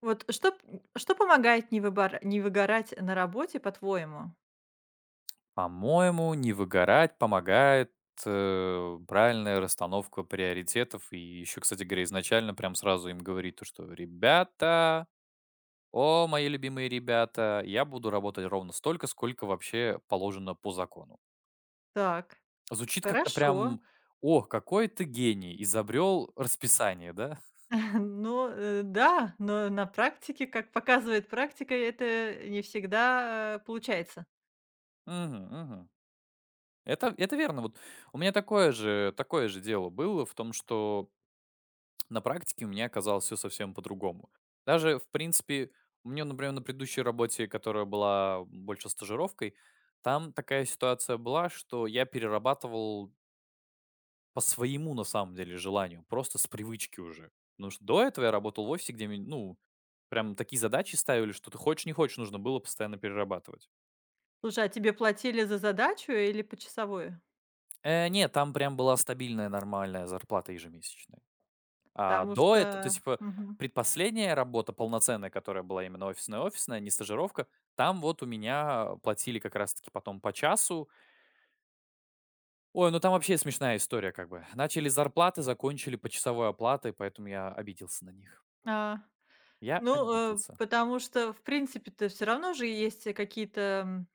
Вот что п что помогает не выгорать на работе, по-твоему? По-моему, не выгорать помогает, правильная расстановка приоритетов. И еще, кстати говоря, изначально прям сразу им говорить то, что ребята, о, мои любимые ребята, я буду работать ровно столько, сколько вообще положено по закону. Так, Звучит как-то хорошо. прям, о, какой ты гений, изобрел расписание, да? Но, да, но на практике, как показывает практика, это не всегда, получается. Мгм, мгм. Это верно. Вот у меня такое же дело было в том, что на практике у меня оказалось все совсем по-другому. Даже, в принципе, у меня, например, на предыдущей работе, которая была больше стажировкой, там такая ситуация была, что я перерабатывал по своему, на самом деле, желанию, просто с привычки уже. Потому что до этого я работал в офисе, где, мне, ну, прям такие задачи ставили, что ты хочешь, не хочешь, нужно было постоянно перерабатывать. Слушай, а тебе платили за задачу или почасовую? Нет, там прям была стабильная, нормальная зарплата ежемесячная. А, Потому до этого, то что есть, типа, мгм. предпоследняя работа полноценная, которая была именно офисная-офисная, не стажировка, там вот у меня платили как раз-таки потом по часу. Ой, ну там вообще смешная история как бы. Начали с зарплаты, закончили почасовой оплатой, поэтому я обиделся на них. А. Я Ну, обиделся. потому что, в принципе-то, все равно же есть, какие-то, м,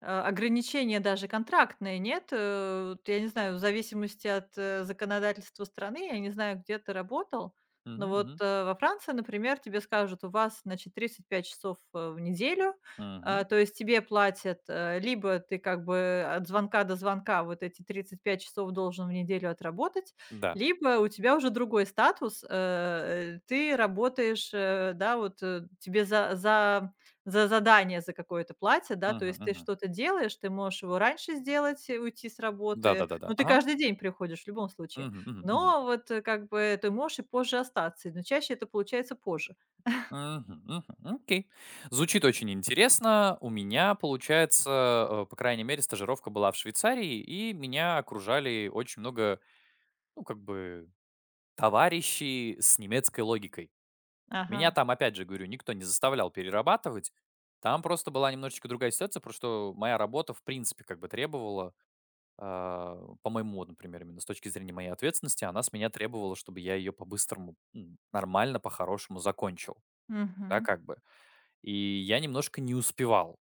а, ограничения даже контрактные, нет? Э, вот я не знаю, в зависимости от, законодательства страны, я не знаю, где ты работал, Мгм, но вот, мгм, во Франции, например, тебе скажут: "У вас, значит, 35 часов, в неделю". А, мгм. то есть тебе платят, либо ты как бы от звонка до звонка вот эти 35 часов должен в неделю отработать, Да. либо у тебя уже другой статус, ты работаешь, да, вот, тебе за задание за какое-то платье, да, то Мгм, есть ты мгм. что-то делаешь, ты можешь его раньше сделать, уйти с работы. Да-да-да-да. Ну, ты Ага. каждый день приходишь в любом случае, Мгм, мгм, мгм. но вот, как бы ты можешь и позже остаться, но чаще это получается позже. Мгм, мгм. Окей. Звучит очень интересно. У меня, получается, по крайней мере, стажировка была в Швейцарии, и меня окружали очень много, ну, как бы, товарищей с немецкой логикой. Ага, Меня там, опять же, говорю, никто не заставлял перерабатывать. Там просто была немножечко другая ситуация, потому что моя работа, в принципе, как бы требовала, а, по моему, вот, например, именно с точки зрения моей ответственности, она с меня требовала, чтобы я ее по-быстрому, нормально, по-хорошему закончил. Да, мгм. как бы. И я немножко не успевал.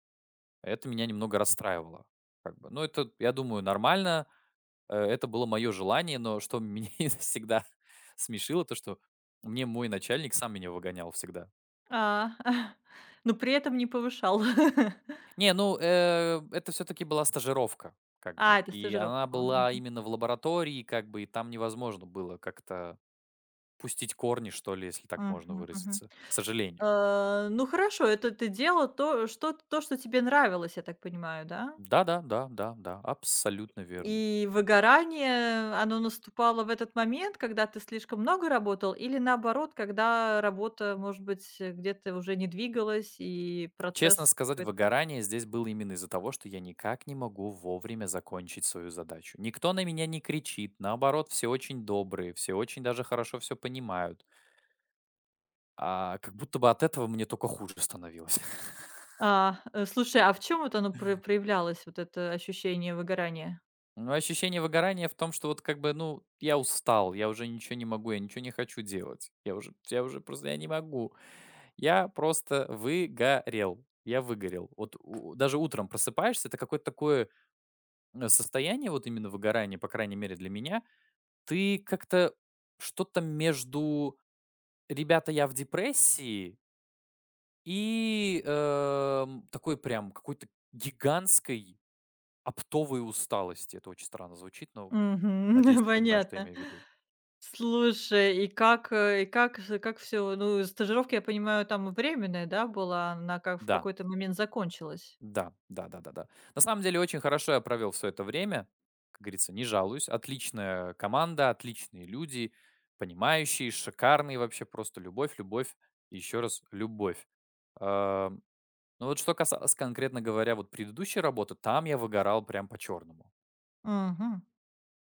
Это меня немного расстраивало. Как бы. Ну, это, я думаю, нормально. Это было мое желание, но что меня всегда смешило, то что мне мой начальник сам меня выгонял всегда. А, но при этом не повышал. Не, ну, это все-таки была стажировка, как бы. А, это И она стажировка была. была Мгм. именно в лаборатории, как бы, и там невозможно было как-то пустить корни, что ли, если так можно Мгм, мгм. выразиться. К сожалению. Э, ну хорошо, это ты делал то, что тебе нравилось, я так понимаю, да? Да, да, да, да, да, абсолютно верно. И выгорание, оно наступало в этот момент, когда ты слишком много работал, или наоборот, когда работа, может быть, где-то уже не двигалась и Честно процесс сказать, какой-то. выгорание здесь было именно из-за того, что я никак не могу вовремя закончить свою задачу. Никто на меня не кричит, наоборот, все очень добрые, все очень даже хорошо все понимают. А как будто бы от этого мне только хуже становилось. А, э, слушай, а в чем вот оно проявлялось, вот это ощущение выгорания? Но ощущение выгорания в том, что вот как бы, ну, я устал, я уже ничего не могу, я ничего не хочу делать. Я не могу. Я просто выгорел. Я выгорел. Вот даже утром просыпаешься, это какое-то такое состояние, вот именно выгорание, по крайней мере для меня. Ты как-то что-то между "ребята, я в депрессии" и, такой прям какой-то гигантской оптовой усталости. Это очень странно звучит, но Мгм. надеюсь, ты понимаешь, что я Понятно. имею в виду. Слушай, и как, и как все. Ну, стажировка, я понимаю, там временная, да, была? Она как в Да, какой-то момент закончилась? да, да-да-да-да. На самом деле очень хорошо я провел все это время. Как говорится, не жалуюсь. Отличная команда, отличные люди, понимающие, шикарные вообще, просто любовь, любовь и еще раз любовь. Эм Ну вот что касалось, конкретно говоря, вот предыдущей работы, там я выгорал прям по-черному. Мгм.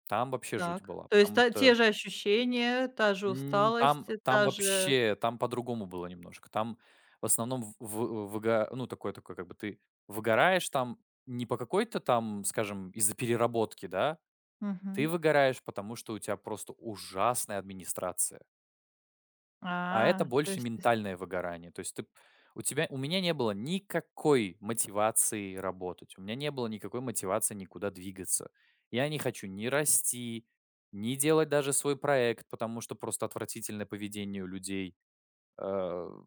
Там вообще жуть Так. была, То есть потому та что те же ощущения, та же м, там, усталость, там та же вообще, там по-другому было немножко. Там в основном ну такое, как бы ты выгораешь там не по какой-то там, скажем, из-за переработки, да, ты мгм. выгораешь, потому что у тебя просто ужасная администрация. А А, это то больше есть ты ментальное выгорание. То есть ты, у тебя, У меня не было никакой мотивации работать, у меня не было никакой мотивации никуда двигаться. Я не хочу ни расти, ни делать даже свой проект, потому что просто отвратительное поведение у людей. э,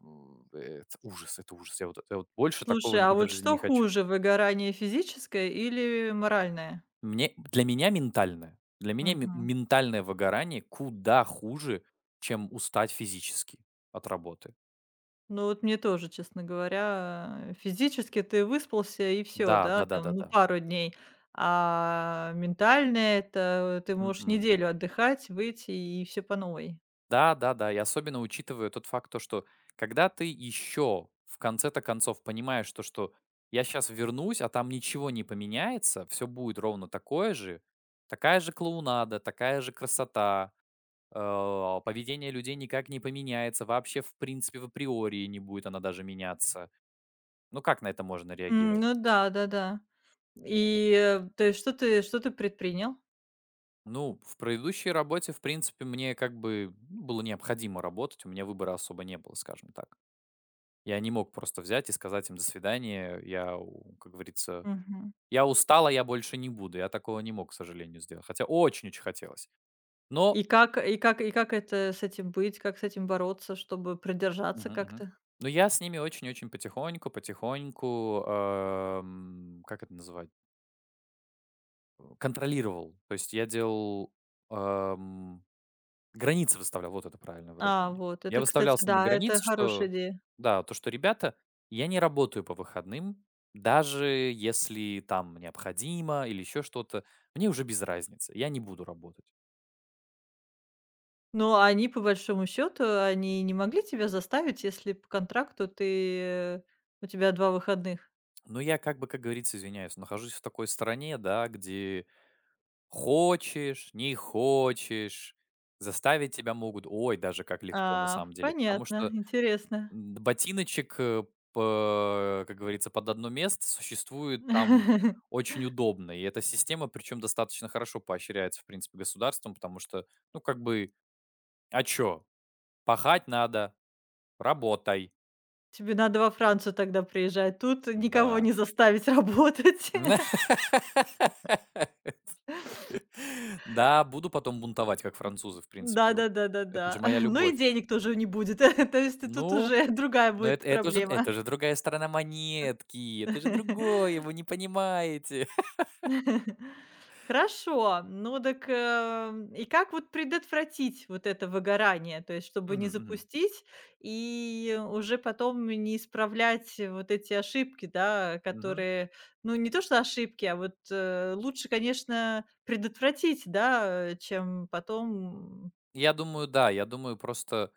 Это ужас, это ужас. Я вот больше такого слушай, а никогда в вот жизни не что хочу. хуже: выгорание физическое или моральное? Мне, для меня ментальное, для меня ме- ментальное выгорание куда хуже, чем устать физически от работы. Ну вот мне тоже, честно говоря, физически ты выспался и все, Да, да, да, да, да, там, ну, да. пару дней, а ментально это ты можешь Мгм. неделю отдыхать, выйти и все по новой. Да, да, да. И особенно учитывая тот факт, то, что когда ты еще в конце-то концов понимаешь то, что я сейчас вернусь, а там ничего не поменяется, все будет ровно такое же, такая же клоунада, такая же красота, поведение людей никак не поменяется, вообще в принципе в априори не будет она даже меняться. Ну как на это можно М, реагировать? ну да, да-да. И, то есть что ты предпринял? Ну, в предыдущей работе, в принципе, мне как бы ну, было необходимо работать, у меня выбора особо не было, скажем так. Я не мог просто взять и сказать им: "До свидания, я, у как говорится, Мгм. я устала, я больше не буду". Я такого не мог, к сожалению, сделать, хотя очень-очень хотелось. Но И как это с этим быть, как с этим бороться, чтобы продержаться мгм, мгм. как-то? Но я с ними как это называть, контролировал. То есть я делал, эм границы выставлял, вот это правильное А, выражение. вот Я это, кстати, выставлял с ними да, это границы, хорошая что идея. да, то, что: "Ребята, я не работаю по выходным, даже если там необходимо или еще что-то, мне уже без разницы, я не буду работать". Но они, по большому счету, они не могли тебя заставить, если по контракту ты у тебя два выходных? Но я как бы, как говорится, извиняюсь, нахожусь в такой стране, да, где хочешь, не хочешь, заставить тебя могут, ой, даже как легко на А, самом деле. Потому понятно, что интересно. Ботиночек, э, п как говорится, под одно место существует там очень удобно. И эта система, причем достаточно хорошо поощряется, в принципе, государством, потому что, ну, как бы, а чё? Пахать надо, работай. Тебе надо во Францию тогда приезжать. Тут никого Да. не заставить работать. Да, буду потом бунтовать, как французы, в принципе, вот. Это же Да-да-да-да-да. моя Ну любовь. и денег тоже не будет. То есть тут Ну, уже другая но будет это это же проблема. это же другая сторона монетки, это же другое, вы не понимаете. Хорошо. Ну так и как вот предотвратить вот это выгорание? То есть чтобы Мгм, не мгм, запустить и уже потом не исправлять вот эти ошибки, да, мгм. которые, ну, не то что ошибки, а вот, лучше, конечно, предотвратить, да, чем потом Я думаю, да. Я думаю, просто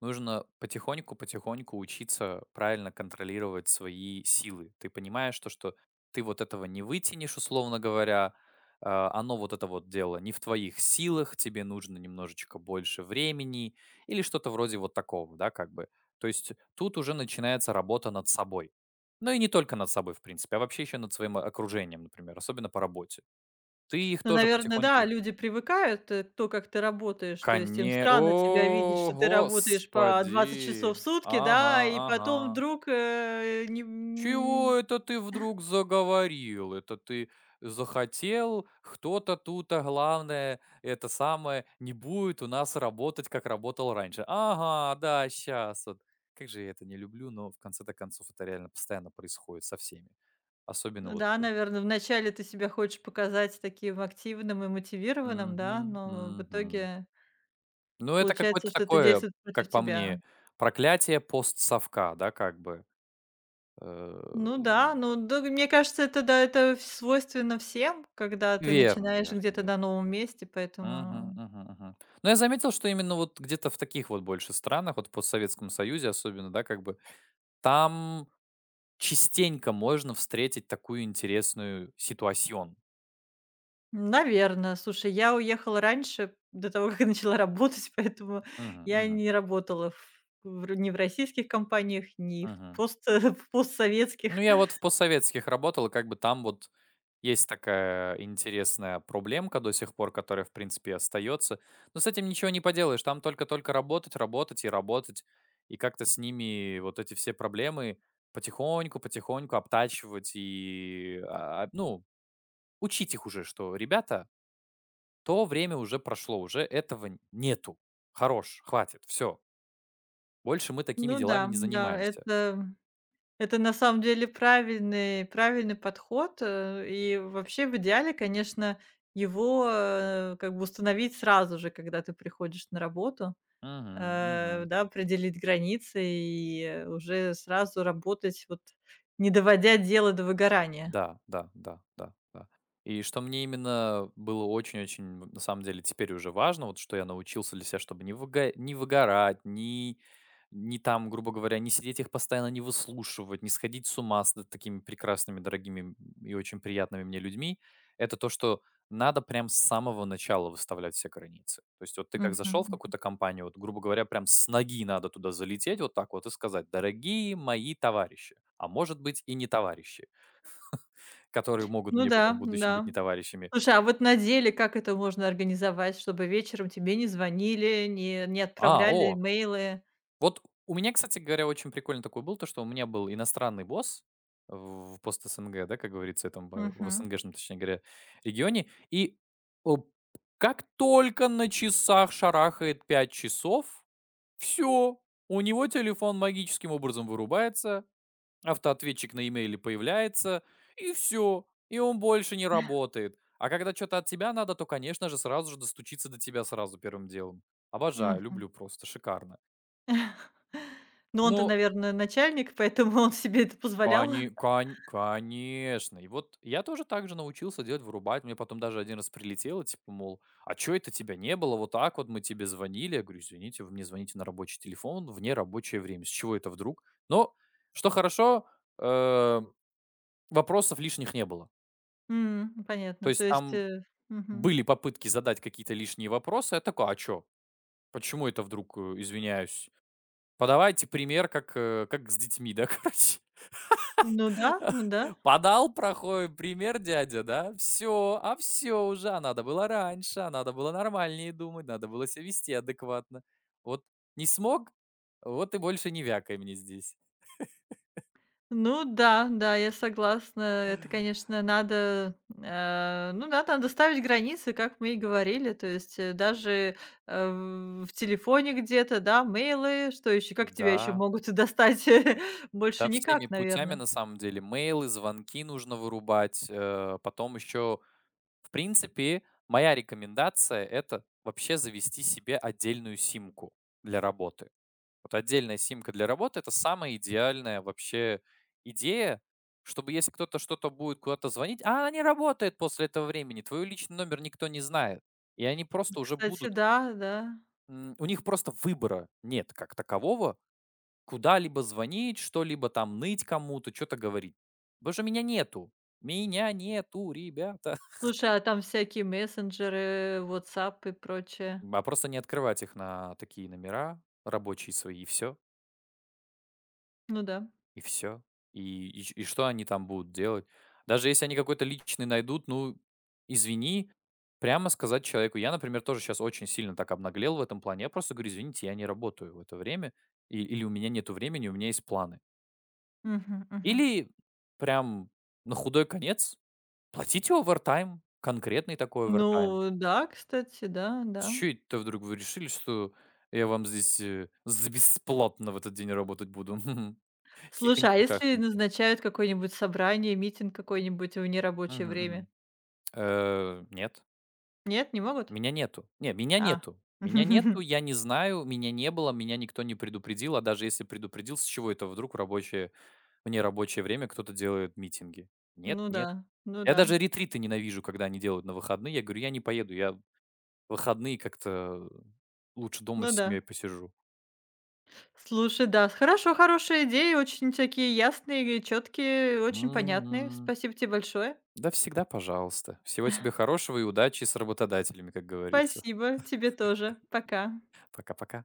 нужно потихоньку-потихоньку учиться правильно контролировать свои силы. Ты понимаешь то, что ты вот этого не вытянешь, условно говоря. Оно вот это вот дело не в твоих силах, тебе нужно немножечко больше времени или что-то вроде вот такого, да, как бы. То есть тут уже начинается работа над собой. Ну и не только над собой, в принципе, а вообще еще над своим окружением, например, особенно по работе. Ты их ну, тоже наверное, да, потихоньку люди привыкают, то, как ты работаешь. То есть им Коне странно тебя видеть, о, что ты работаешь по 20 часов в господи! сутки, Ага, да, и потом ага. вдруг, э, не Чего м, это ты вдруг заговорил? Это ты захотел? Кто-то тут, а главное, это самое, не будет у нас работать, как работал раньше. Ага, да, сейчас вот. Как же я это не люблю, но в конце-то концов это реально постоянно происходит со всеми. Особенно ну вот да, наверное, вначале ты себя хочешь показать таким активным и мотивированным, мгм, да, но в мгм. итоге Ну, это получается, какое-то что это такое, действует против как по тебя. мне, проклятие постсовка, да, как бы. Э, Ну да, ну да, мне кажется, это да, это в свойственно всем, когда ты Верно начинаешь верно где-то верно. на новом месте, Мгм, поэтому мгм, мгм. Но я заметил, что именно вот где-то в таких вот больше странах, вот в постсоветском союзе особенно, да, как бы, там частенько можно встретить такую интересную ситуацию. наверное. Слушай, я уехала раньше, до того, как я начала работать, поэтому Мгм, я мгм, не работала в р ни в российских компаниях, ни в мгм. пост в Ну, постсоветских. я вот в постсоветских работал, и как бы там вот есть такая интересная проблемка до сих пор, которая, в принципе, остается. Но с этим ничего не поделаешь. Там только-только работать, работать и работать. И как-то с ними вот эти все проблемы потихоньку-потихоньку обтачивать ну, учить их уже, что, ребята, то время уже прошло, уже этого нету. Хорош, хватит, все. Больше мы такими Ну делами да, не да, занимаемся. Это на самом деле правильный подход, и вообще в идеале, конечно, его, как бы установить сразу же, когда ты приходишь на работу. Мгм, мгм. Да, определить границы и уже сразу работать, вот не доводя дело до выгорания. Да, да, да, да, да. И что мне именно было очень-очень, на самом деле, теперь уже важно, вот что я научился для себя, чтобы не выгорать, не, не там, грубо говоря, не сидеть их постоянно, не выслушивать, не сходить с ума с такими прекрасными, и очень приятными мне людьми, это то, что надо прям с самого начала выставлять все границы. То есть вот ты как Мгм, зашел в мгм. какую-то компанию, вот, грубо говоря, прям с ноги надо туда залететь вот так вот и сказать, дорогие мои товарищи, а может быть и не товарищи, которые могут Ну мне потом в да, будущем быть да. не товарищами. Слушай, а вот на деле как это можно организовать, чтобы вечером тебе не звонили, не А, отправляли о! имейлы? Вот у меня, кстати говоря, очень прикольно такой был, то, что у меня был иностранный босс в пост-СНГ, да, как говорится, этом, в Мгм, СНГшном, точнее говоря, регионе. И оп как только на часах шарахает 5 часов, все, у него телефон магическим образом вырубается, автоответчик на имейле появляется, и все и он больше не работает. А когда что то от тебя надо, то, конечно же, сразу же достучиться до тебя сразу первым делом. Обожаю, мгм. люблю просто, шикарно. Ну, он-то, Ну, наверное, начальник, поэтому он себе это позволял. Конечно. И вот я тоже так же научился делать, вырубать. Мне потом даже один раз прилетело, типа, мол: "А чё это тебя не было? Вот так вот мы тебе звонили". Я говорю: "Извините, вы мне звоните на рабочий телефон в нерабочее время. С чего это вдруг?" Но, что хорошо, э, вопросов лишних не было. М, То понятно. То есть есть, там мгм. были попытки задать какие-то лишние вопросы. Я такой: "А чё? Почему это вдруг, извиняюсь? Подавайте пример, как, как с детьми, да, короче". Ну да, ну да. Подал плохой пример дядя, да? Все, а все уже, а надо было раньше, а надо было нормальнее думать, надо было себя вести адекватно. Вот не смог, вот и больше не вякай мне здесь. Ну да, да, я согласна. Это, конечно, надо, ну, да, надо ставить границы, как мы и говорили. То есть, даже, э, в телефоне где-то, да, мейлы, что еще, как тебя еще Да, могут достать? да, Больше всеми никак, путями наверное. на самом деле. Мейлы, звонки нужно вырубать, потом еще в принципе, моя рекомендация — это вообще завести себе отдельную симку для работы. Вот отдельная симка для работы — это самая идеальная вообще идея, чтобы если кто-то что-то будет куда-то звонить, а она не работает после этого времени, твой личный номер никто не знает. И они просто уже Кстати, будут да, да. У них просто выбора нет как такового, куда-либо звонить, что-либо там ныть кому-то, что то говорить. Боже что меня нету. Меня нету, ребята. Слушай, а там всякие мессенджеры, "Ватсап" и прочее. А просто не открывать их на такие номера рабочие свои, и все Ну да. и все И что они там будут делать? Даже если они какой-то личный найдут, ну, извини, прямо сказать человеку. Я, например, тоже сейчас очень сильно так обнаглел в этом плане. Я просто говорю: "Извините, я не работаю в это время". Или у меня нету времени, у меня есть планы. Мгм, мгм. Или прям на худой конец платить овертайм, конкретный такой овертайм. Ну да, кстати, да, С да. это вдруг вы решили, что я вам здесь, за бесплатно в этот день работать буду? Слушай, а если Хихоньки-хахоньки. назначают какое-нибудь собрание, митинг какой-нибудь в нерабочее Мгм, время? мгм. Нет, Нет, не могут? меня нету. Не, меня А. нету. Меня нету, я не знаю, меня не было, меня никто не предупредил, а даже если предупредил, с чего это вдруг в нерабочее время кто-то делает митинги? Нет, Ну да, нет. ну Я да, даже ретриты ненавижу, когда они делают на выходные. Я говорю: "Я не поеду, я в выходные как-то лучше дома с ну да. семьей посижу". Слушай, да, хорошо, хорошие идеи, очень такие ясные, четкие, очень понятные. М. Спасибо тебе большое. Да всегда пожалуйста. Всего тебе хорошего и удачи с работодателями, как говорится. Спасибо, тебе тоже. Пока. Пока-пока.